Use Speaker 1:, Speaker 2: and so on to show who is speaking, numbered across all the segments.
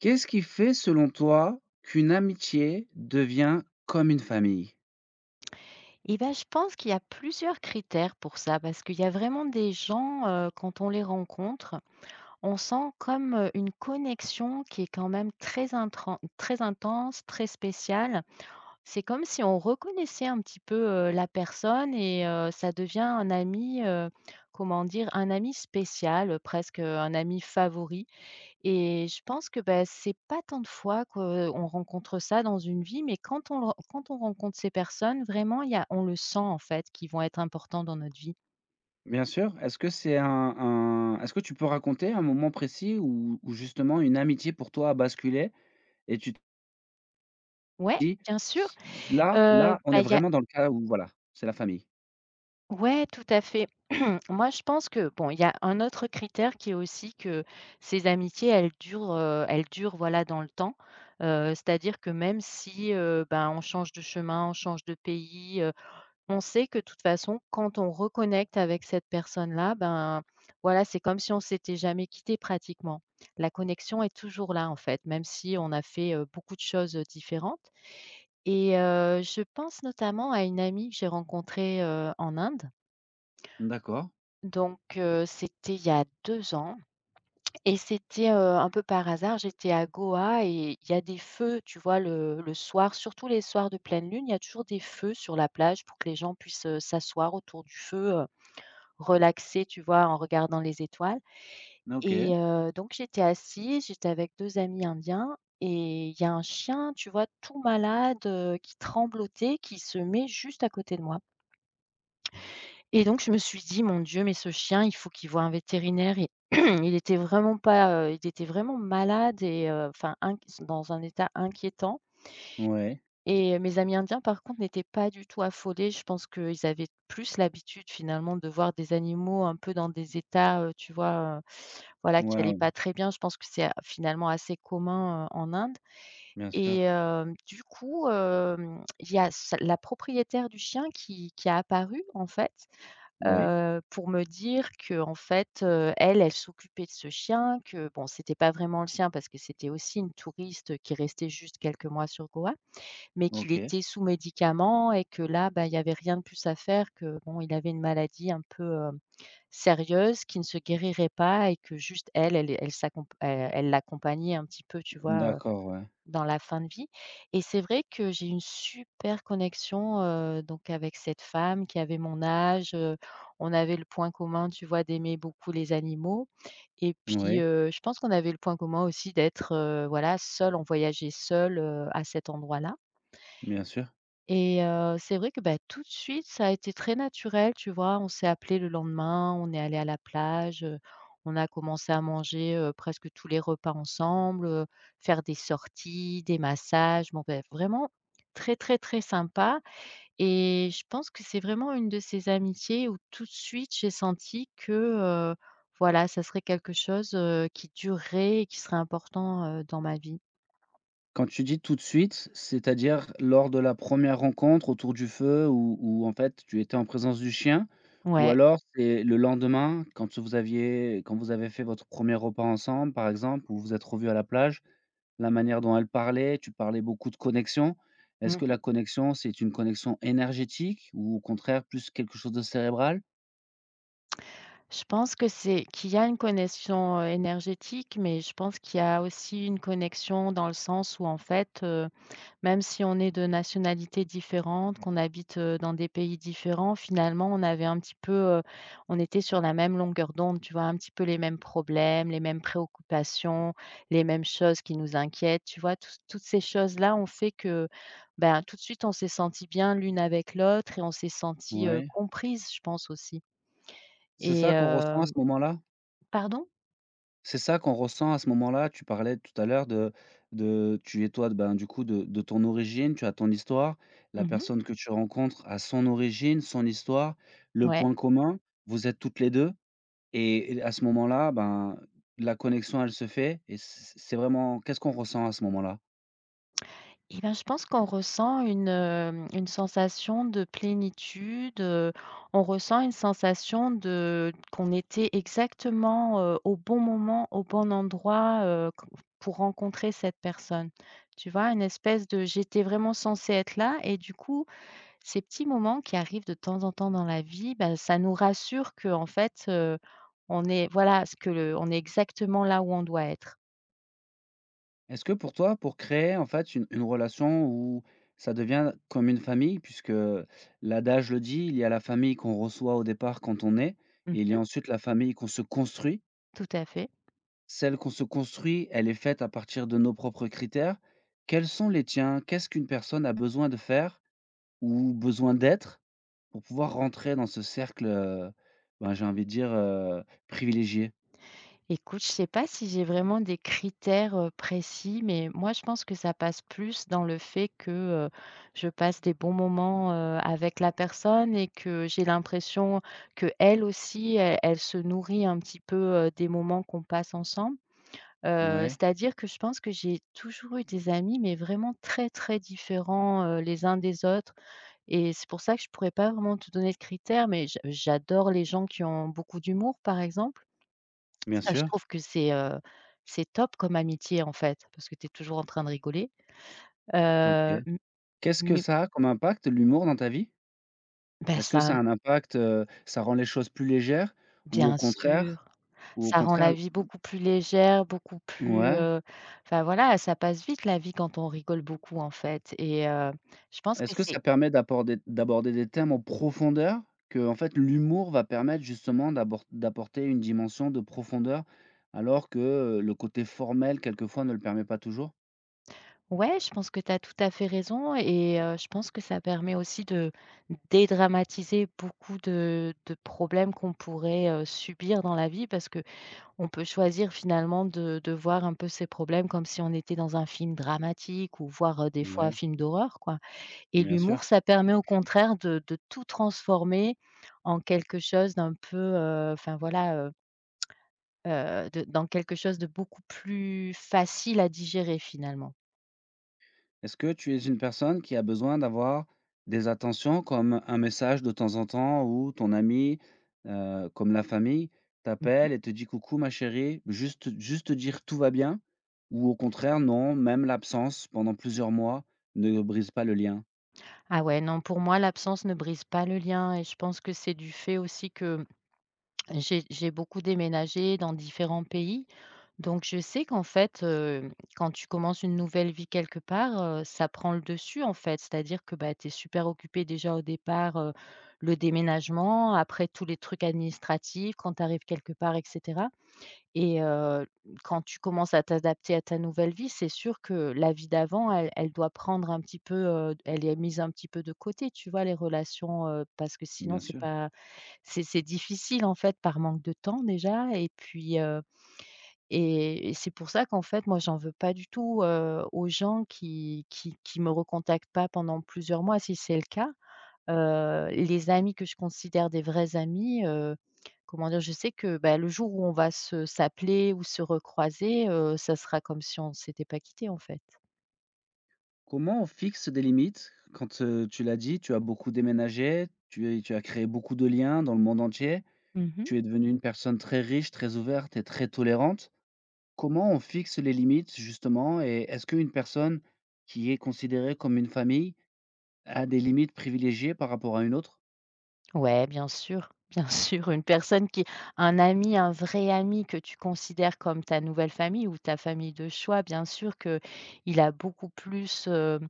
Speaker 1: Qu'est-ce qui fait, selon toi, qu'une amitié devient comme une famille?
Speaker 2: Et ben je pense qu'il y a plusieurs critères pour ça, parce qu'il y a vraiment des gens, quand on les rencontre, on sent comme, une connexion qui est quand même très intran très intense, très spéciale. C'est comme si on reconnaissait un petit peu, la personne et ça devient un ami, comment dire? Un ami spécial, presque, un ami favori. Et je pense que, bah, c'est pas tant de fois qu'on rencontre ça dans une vie, mais quand on le quand on rencontre ces personnes, vraiment, il y a on le sent, en fait, qu'ils vont être importants dans notre vie.
Speaker 1: Bien sûr, est-ce que c'est un est-ce que tu peux raconter un moment précis où justement une amitié pour toi a basculé et tu te
Speaker 2: Ouais,
Speaker 1: dis:
Speaker 2: bien sûr.
Speaker 1: là là, on est
Speaker 2: Bah, il y a
Speaker 1: vraiment dans le cas où voilà, c'est la famille».
Speaker 2: ouais, tout à fait. Moi, je pense que bon, il y a un autre critère qui est aussi que ces amitiés, elles durent, voilà, dans le temps, c'est-à-dire que même si, ben, on change de chemin, on change de pays. On sait que de toute façon, quand on reconnecte avec cette personne-là, ben, voilà, c'est comme si on s'était jamais quitté pratiquement. La connexion est toujours là en fait, même si on a fait, beaucoup de choses, différentes et je pense notamment à une amie que j'ai rencontrée, en Inde.
Speaker 1: D'accord,
Speaker 2: Donc c'était il y a 2 ans et c'était, un peu par hasard, j'étais à Goa et il y a des feux, tu vois? Le soir, surtout les soirs de pleine lune, il y a toujours des feux sur la plage pour que les gens puissent, s'asseoir autour du feu, relaxée, tu vois, en regardant les étoiles.
Speaker 1: OK.
Speaker 2: Donc j'étais assise, j'étais avec 2 amis indiens et il y a un chien, tu vois, tout malade, qui tremblotait, qui se met juste à côté de moi. Et donc je me suis dit: «Mon Dieu, mais ce chien, il faut qu'il voie un vétérinaire». Et il était vraiment pas, il était vraiment malade et enfin inq dans un état inquiétant.
Speaker 1: Ouais,
Speaker 2: Et mes amis indiens, par contre, n'étaient pas du tout affolés. Je pense qu'ils avaient plus l'habitude, finalement, de voir des animaux un peu dans des états, tu vois, voilà, qui n'allaient pas
Speaker 1: ouais,
Speaker 2: très bien. Je pense que c'est a finalement assez commun, en Inde
Speaker 1: bien
Speaker 2: et
Speaker 1: sûr.
Speaker 2: hem, du coup, il y a s la propriétaire du chien qui a apparu, en fait,
Speaker 1: Oui,
Speaker 2: pour me dire que, en fait, elle s'occupait de ce chien, que bon, c'était pas vraiment le sien parce que c'était aussi une touriste qui restait juste quelques mois sur Goa, mais qu'il
Speaker 1: OK.
Speaker 2: était sous médicaments et que là, bah, il y avait rien de plus à faire, que, bon, il avait une maladie un peu, sérieuse qui ne se guérirait pas et que juste elle, elle elle s'accom elle elle l'accompagnait un petit peu, tu vois,
Speaker 1: D'accord, ouais.
Speaker 2: dans la fin de vie. Et c'est vrai que j'ai une super connexion, donc avec cette femme qui avait mon âge, on avait le point commun, tu vois, d'aimer beaucoup les animaux et puis,
Speaker 1: Oui,
Speaker 2: je pense qu'on avait le point commun aussi d'être, voilà, seul, on voyageait seul à cet endroit-là.
Speaker 1: bien sûr.
Speaker 2: C'est vrai que, bah, tout de suite, ça a été très naturel, tu vois? On s'est appelé le lendemain, on est allé à la plage, on a commencé à manger, presque tous les repas ensemble, faire des sorties, des massages, bon, beh, vraiment très, très, très sympa. Et je pense que c'est vraiment une de ces amitiés où tout de suite j'ai senti que, heu, voilà, ça serait quelque chose, qui durerait et qui serait important, dans ma vie.
Speaker 1: Quand tu dis tout de suite, c'est-à-dire lors de la première rencontre autour du feu où en fait tu étais en présence du chien? Ou
Speaker 2: Ouais.
Speaker 1: alors c'est le lendemain quand vous avez fait votre premier repas ensemble par exemple, ou vous vous êtes revus à la plage, la manière dont elle parlait, tu parlais beaucoup de connexion. Est-ce que la
Speaker 2: Mmh.
Speaker 1: connexion, c'est une connexion énergétique ou au contraire plus quelque chose de cérébral?
Speaker 2: Je pense que c'est qu'il y a une connexion, énergétique, mais je pense qu'il y a aussi une connexion dans le sens où en fait, même si on est de nationalités différentes, qu'on habite, dans des pays différents, finalement on avait un petit peu, heu, on était sur la même longueur d'onde, tu vois? Un petit peu les mêmes problèmes, les mêmes préoccupations, les mêmes choses qui nous inquiètent, tu vois? Tous toutes ces choses-là ont fait que, ben, tout de suite on s'est senti bien l'une avec l'autre et on s'est senti
Speaker 1: Ouais.
Speaker 2: comprises, je pense aussi
Speaker 1: C'est
Speaker 2: et
Speaker 1: ça qu'on ressent à
Speaker 2: hem
Speaker 1: ce moment-là?
Speaker 2: Pardon?
Speaker 1: C'est ça qu'on ressent à ce moment-là. Tu parlais tout à l'heure de tu et toi, ben, du coup, de ton origine, tu as ton histoire. La
Speaker 2: Mmh,
Speaker 1: personne que tu rencontres a son origine, son histoire, le
Speaker 2: ouais.
Speaker 1: point commun, vous êtes toutes les 2 et à ce moment-là, ben, la connexion, elle se fait et c'est vraiment qu'est-ce qu'on ressent à ce moment-là?
Speaker 2: Et ben, je pense qu'on ressent une sensation de plénitude, on ressent une sensation de qu'on était exactement, au bon moment, au bon endroit, q pour rencontrer cette personne. Tu vois? Une espèce de j'étais vraiment censée être là et du coup, ces petits moments qui arrivent de temps en temps dans la vie, ben, ça nous rassure que en fait, on est voilà, ce que le on est exactement là où on doit être.
Speaker 1: Est-ce que pour toi, pour créer, en fait, une relation où ça devient comme une famille puisque l'adage le dit, il y a la famille qu'on reçoit au départ quand on est et il y a
Speaker 2: Mmh.
Speaker 1: ensuite la famille qu'on se construit.
Speaker 2: Tout à fait.
Speaker 1: Celle qu'on se construit, elle est faite à partir de nos propres critères. Quels sont les tiens? Qu'est-ce qu'une personne a besoin de faire ou besoin d'être pour pouvoir rentrer dans ce cercle, ben, j'ai envie de dire, privilégié?
Speaker 2: Écoute, je sais pas si j'ai vraiment des critères, précis, mais moi je pense que ça passe plus dans le fait que, je passe des bons moments, avec la personne et que j'ai l'impression que elle aussi, elle se nourrit un petit peu, des moments qu'on passe ensemble. Heu,
Speaker 1: Ouais,
Speaker 2: c'est-à-dire que je pense que j'ai toujours eu des amis, mais vraiment très, très différents, les uns des autres. Et c'est pour ça que je pourrais pas vraiment te donner de critères, mais j'adore les gens qui ont beaucoup d'humour, par exemple.
Speaker 1: bien
Speaker 2: Ça, je
Speaker 1: sûr,
Speaker 2: trouve que c'est top comme amitié, en fait, parce que tu es toujours en train de rigoler. Heu,
Speaker 1: OK.
Speaker 2: m
Speaker 1: Qu'est-ce que
Speaker 2: mais
Speaker 1: ça a comme impact, l'humour, dans ta vie?
Speaker 2: ben
Speaker 1: Est-ce que
Speaker 2: ça
Speaker 1: ça a un impact, ça rend les choses plus légères ou au
Speaker 2: bien
Speaker 1: contraire
Speaker 2: sûr,
Speaker 1: ou au
Speaker 2: ça rend la
Speaker 1: contraire
Speaker 2: vie beaucoup plus légère, beaucoup plus,
Speaker 1: ouais?
Speaker 2: enfin, voilà, ça passe vite la vie quand on rigole beaucoup, en fait et je pense
Speaker 1: Est-ce
Speaker 2: que
Speaker 1: que
Speaker 2: c'est
Speaker 1: ça permet d'aborder des thèmes en profondeur? Que en fait, l'humour va permettre justement d'abord d'apporter une dimension de profondeur alors que, le côté formel quelquefois ne le permet pas toujours?
Speaker 2: ouais, je pense que tu as tout à fait raison et je pense que ça permet aussi de dédramatiser beaucoup de problèmes qu'on pourrait, subir dans la vie, parce que on peut choisir finalement de voir un peu ces problèmes comme si on était dans un film dramatique ou voir des fois un
Speaker 1: Mouais,
Speaker 2: film d'horreur quoi. Et
Speaker 1: bien sûr.
Speaker 2: l'humour, ça permet au contraire de tout transformer en quelque chose d'un peu, enfin voilà, de dans quelque chose de beaucoup plus facile à digérer finalement.
Speaker 1: Est-ce que tu es une personne qui a besoin d'avoir des attentions comme un message de temps en temps ou ton ami, comme la famille,
Speaker 2: Mmh.
Speaker 1: t'appelle et te dit: «Coucou ma chérie», juste te dire: «Tout va bien», ou au contraire, non, même l'absence pendant plusieurs mois ne brise pas le lien?
Speaker 2: Ah ouais, non, pour moi, l'absence ne brise pas le lien et je pense que c'est du fait aussi que j'ai beaucoup déménagé dans différents pays, donc je sais qu'en fait, quand tu commences une nouvelle vie quelque part, ça prend le dessus, en fait. C'est-à-dire que, bah, tu es super occupé déjà au départ, le déménagement, après tous les trucs administratifs quand tu arrives quelque part et cetera. Et heu, quand tu commences à t'adapter à ta nouvelle vie, c'est sûr que la vie d'avant, elle doit prendre un petit peu, elle est mise un petit peu de côté, tu vois? Les relations, parce que sinon
Speaker 1: Bien
Speaker 2: c'est
Speaker 1: sûr.
Speaker 2: pas, c'est difficile, en fait, par manque de temps déjà et puis, et c'est pour ça qu'en fait, moi, j'en veux pas du tout, aux gens qui me recontactent pas pendant plusieurs mois. Si c'est le cas, les amis que je considère des vrais amis, comment dire? Je sais que, bah, le jour où on va se s'appeler ou se recroiser, ça sera comme si on s'était pas quitté en fait.
Speaker 1: Comment on fixe des limites? Quand, tu l'as dit, tu as beaucoup déménagé, tu as créé beaucoup de liens dans le monde entier,
Speaker 2: Mmh.
Speaker 1: tu es devenue une personne très riche, très ouverte et très tolérante. Comment on fixe les limites justement? Et est-ce qu'une personne qui est considérée comme une famille a des limites privilégiées par rapport à une autre?
Speaker 2: Ouais, bien sûr, bien sûr, une personne qui un ami, un vrai ami que tu considères comme ta nouvelle famille ou ta famille de choix, bien sûr que il a beaucoup plus,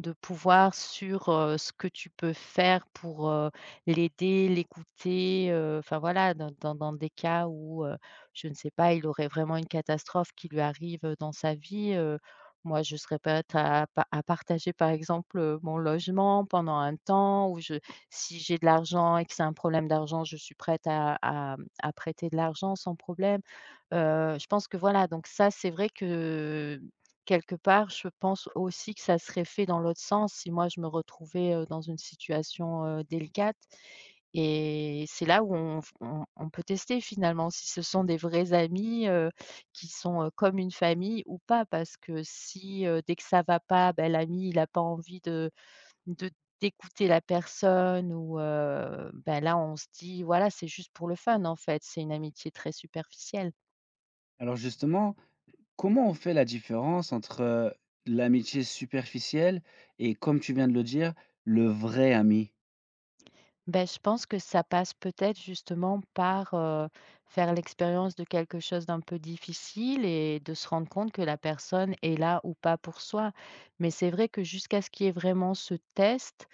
Speaker 2: de pouvoir sur, ce que tu peux faire pour, l'aider, l'écouter, enfin voilà, dans des cas où, je ne sais pas, il aurait vraiment une catastrophe qui lui arrive, dans sa vie, moi je serais prête à partager par exemple, mon logement pendant un temps ou je si j'ai de l'argent et que c'est un problème d'argent, je suis prête à prêter de l'argent sans problème. Je pense que voilà, donc ça, c'est vrai que, quelque part, je pense aussi que ça serait fait dans l'autre sens si moi je me retrouvais, dans une situation, délicate. Et c'est là où on peut tester finalement si ce sont des vrais amis, qui sont, comme une famille ou pas. Parce que si, dès que ça va pas, bah, l'ami, il n'a pas envie de d'écouter la personne ou ben, là, on se dit: «Voilà, c'est juste pour le fun, en fait». C'est une amitié très superficielle.
Speaker 1: Alors justement, comment on fait la différence entre, l'amitié superficielle et comme tu viens de le dire, le vrai ami?
Speaker 2: Ben je pense que ça passe peut-être justement par, faire l'expérience de quelque chose d'un peu difficile et de se rendre compte que la personne est là ou pas pour soi. Mais c'est vrai que jusqu'à ce qu'il y ait vraiment ce test,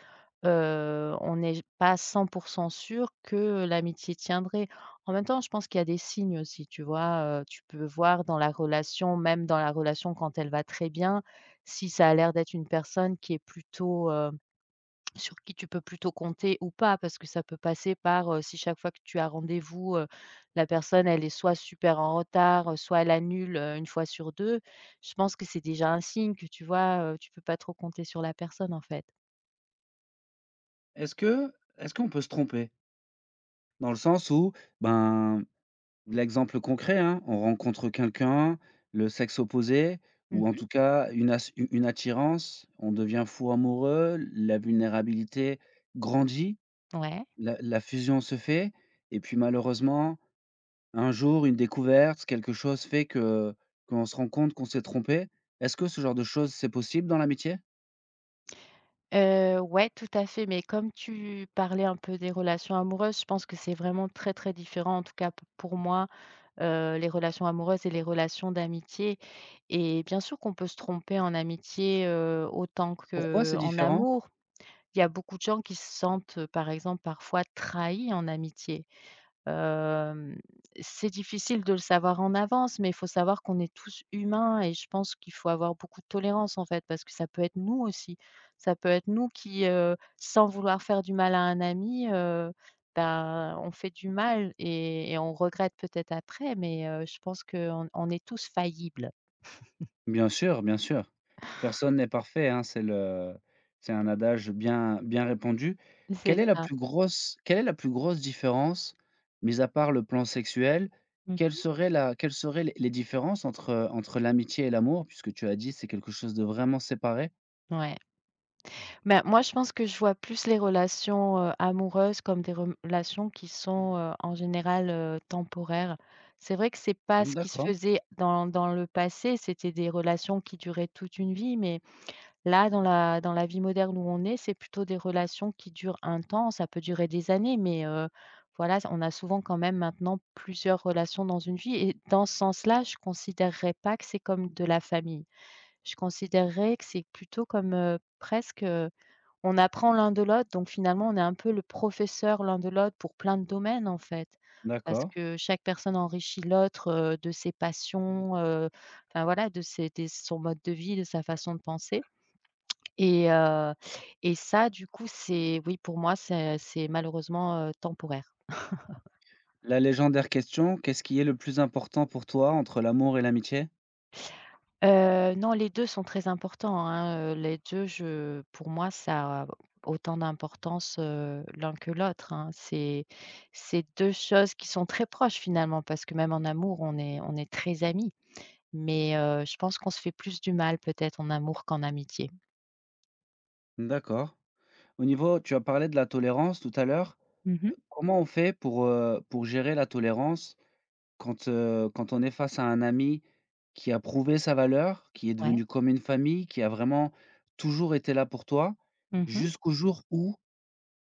Speaker 2: on n'est pas 100 sûr que l'amitié tiendrait. En même temps, je pense qu'il y a des signes aussi, tu vois? Tu peux voir dans la relation, même dans la relation quand elle va très bien, si ça a l'air d'être une personne qui est plutôt sur qui tu peux plutôt compter ou pas, parce que ça peut passer par, si chaque fois que tu as rendez-vous, la personne elle est soit super en retard, soit elle annule, 1 fois sur deux, je pense que c'est déjà un signe que tu vois, tu peux pas trop compter sur la personne en fait.
Speaker 1: Est-ce qu'on peut se tromper? Dans le sens où, ben, l'exemple concret, hein, on rencontre quelqu'un, le sexe opposé ou en
Speaker 2: Mmh.
Speaker 1: tout cas une as u une attirance, on devient fou amoureux, la vulnérabilité grandit,
Speaker 2: Ouais.
Speaker 1: la fusion se fait et puis malheureusement, un jour, une découverte, quelque chose fait que qu'on se rend compte qu'on s'est trompé. Est-ce que ce genre de choses, c'est possible dans l'amitié?
Speaker 2: Ouais, tout à fait, mais comme tu parlais un peu des relations amoureuses, je pense que c'est vraiment très, très différent en tout cas p pour moi, les relations amoureuses et les relations d'amitié, et bien sûr qu'on peut se tromper en amitié, autant
Speaker 1: Pourquoi c'est
Speaker 2: qu'en
Speaker 1: différent?
Speaker 2: amour. Il y a beaucoup de gens qui se sentent, par exemple, parfois trahis en amitié. Hem, c'est difficile de le savoir en avance, mais il faut savoir qu'on est tous humains et je pense qu'il faut avoir beaucoup de tolérance, en fait, parce que ça peut être nous aussi. Ça peut être nous qui, sans vouloir faire du mal à un ami, bah, on fait du mal et on regrette peut-être après, mais je pense qu'on est tous faillibles.
Speaker 1: Bien sûr, bien sûr. Personne n'est parfait, hein, c'est un adage bien répandu.
Speaker 2: C'est ça.
Speaker 1: Quelle est la plus grosse différence, mis à part le plan sexuel, quelle
Speaker 2: Mmh.
Speaker 1: serait la quelles seraient les différences entre, entre l'amitié et l'amour? Puisque tu as dit: «C'est quelque chose de vraiment séparé».
Speaker 2: Ouais. Ben, moi, je pense que je vois plus les relations, amoureuses comme des relations qui sont, en général, temporaires. C'est vrai que c'est pas ce qui se
Speaker 1: D'accord,
Speaker 2: faisait dans le passé, c'était des relations qui duraient toute une vie, mais là, dans la vie moderne où on est, c'est plutôt des relations qui durent un temps. Ça peut durer des années, mais voilà, on a souvent quand même maintenant plusieurs relations dans une vie et dans ce sens-là, je considérerais pas que c'est comme de la famille. Je considérerais que c'est plutôt comme, presque, on apprend l'un de l'autre, donc finalement, on est un peu le professeur l'un de l'autre pour plein de domaines, en fait. Parce
Speaker 1: d'accord.
Speaker 2: que chaque personne enrichit l'autre, de ses passions, enfin voilà, de ses des son mode de vie, de sa façon de penser, et heu et ça, du coup, c'est oui, pour moi, c'est malheureusement, temporaire.
Speaker 1: La légendaire question, qu'est-ce qui est le plus important pour toi entre l'amour et l'amitié?
Speaker 2: Non, les 2 sont très importants, hein, les 2, je pour moi ça a autant d'importance, l'un que l'autre, hein. c'est 2 choses qui sont très proches finalement parce que même en amour on est très amis, mais je pense qu'on se fait plus du mal peut-être en amour qu'en amitié.
Speaker 1: D'accord. Au niveau tu as parlé de la tolérance tout à l'heure.
Speaker 2: Mmh.
Speaker 1: Comment on fait pour gérer la tolérance? Quand, quand on est face à un ami qui a prouvé sa valeur, qui est
Speaker 2: Ouais.
Speaker 1: devenu comme une famille, qui a vraiment toujours été là pour toi,
Speaker 2: Mmh.
Speaker 1: jusqu'au jour où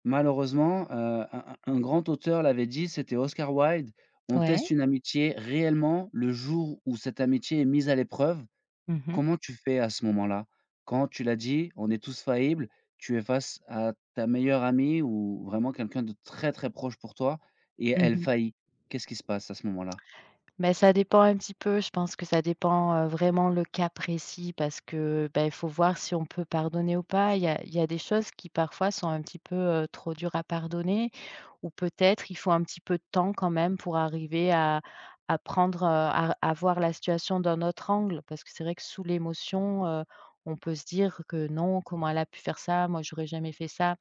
Speaker 1: malheureusement, un grand auteur l'avait dit, c'était Oscar Wilde: «On
Speaker 2: Ouais.
Speaker 1: teste une amitié réellement le jour où cette amitié est mise à l'épreuve».
Speaker 2: Mmh mh.
Speaker 1: Comment tu fais à ce moment-là? Quand tu l'as dit, on est tous faillibles, tu es face à ta meilleure amie ou vraiment quelqu'un de très, très proche pour toi et elle
Speaker 2: Mmh
Speaker 1: faillit. Qu'est-ce qui se passe à ce moment-là?
Speaker 2: Mais ça dépend un petit peu, je pense que ça dépend, vraiment le cas précis parce que, bah, il faut voir si on peut pardonner ou pas. Il y a des choses qui parfois sont un petit peu, trop dures à pardonner ou peut-être il faut un petit peu de temps quand même pour arriver à prendre, à voir la situation d'un autre angle. Parce que c'est vrai que sous l'émotion, on peut se dire que: «Non, comment elle a pu faire ça? Moi, j'aurais jamais fait ça».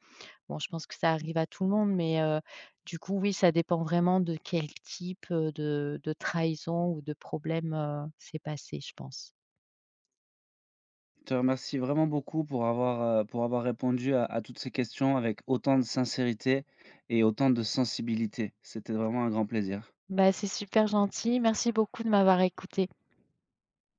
Speaker 2: Bon, je pense que ça arrive à tout le monde, mais du coup, oui, ça dépend vraiment de quel type, de trahison ou de problème, s'est passé, je pense.
Speaker 1: Je te remercie vraiment beaucoup pour avoir répondu à toutes ces questions avec autant de sincérité et autant de sensibilité. C'était vraiment un grand plaisir.
Speaker 2: Bah, c'est super gentil. Merci beaucoup de m'avoir écoutée.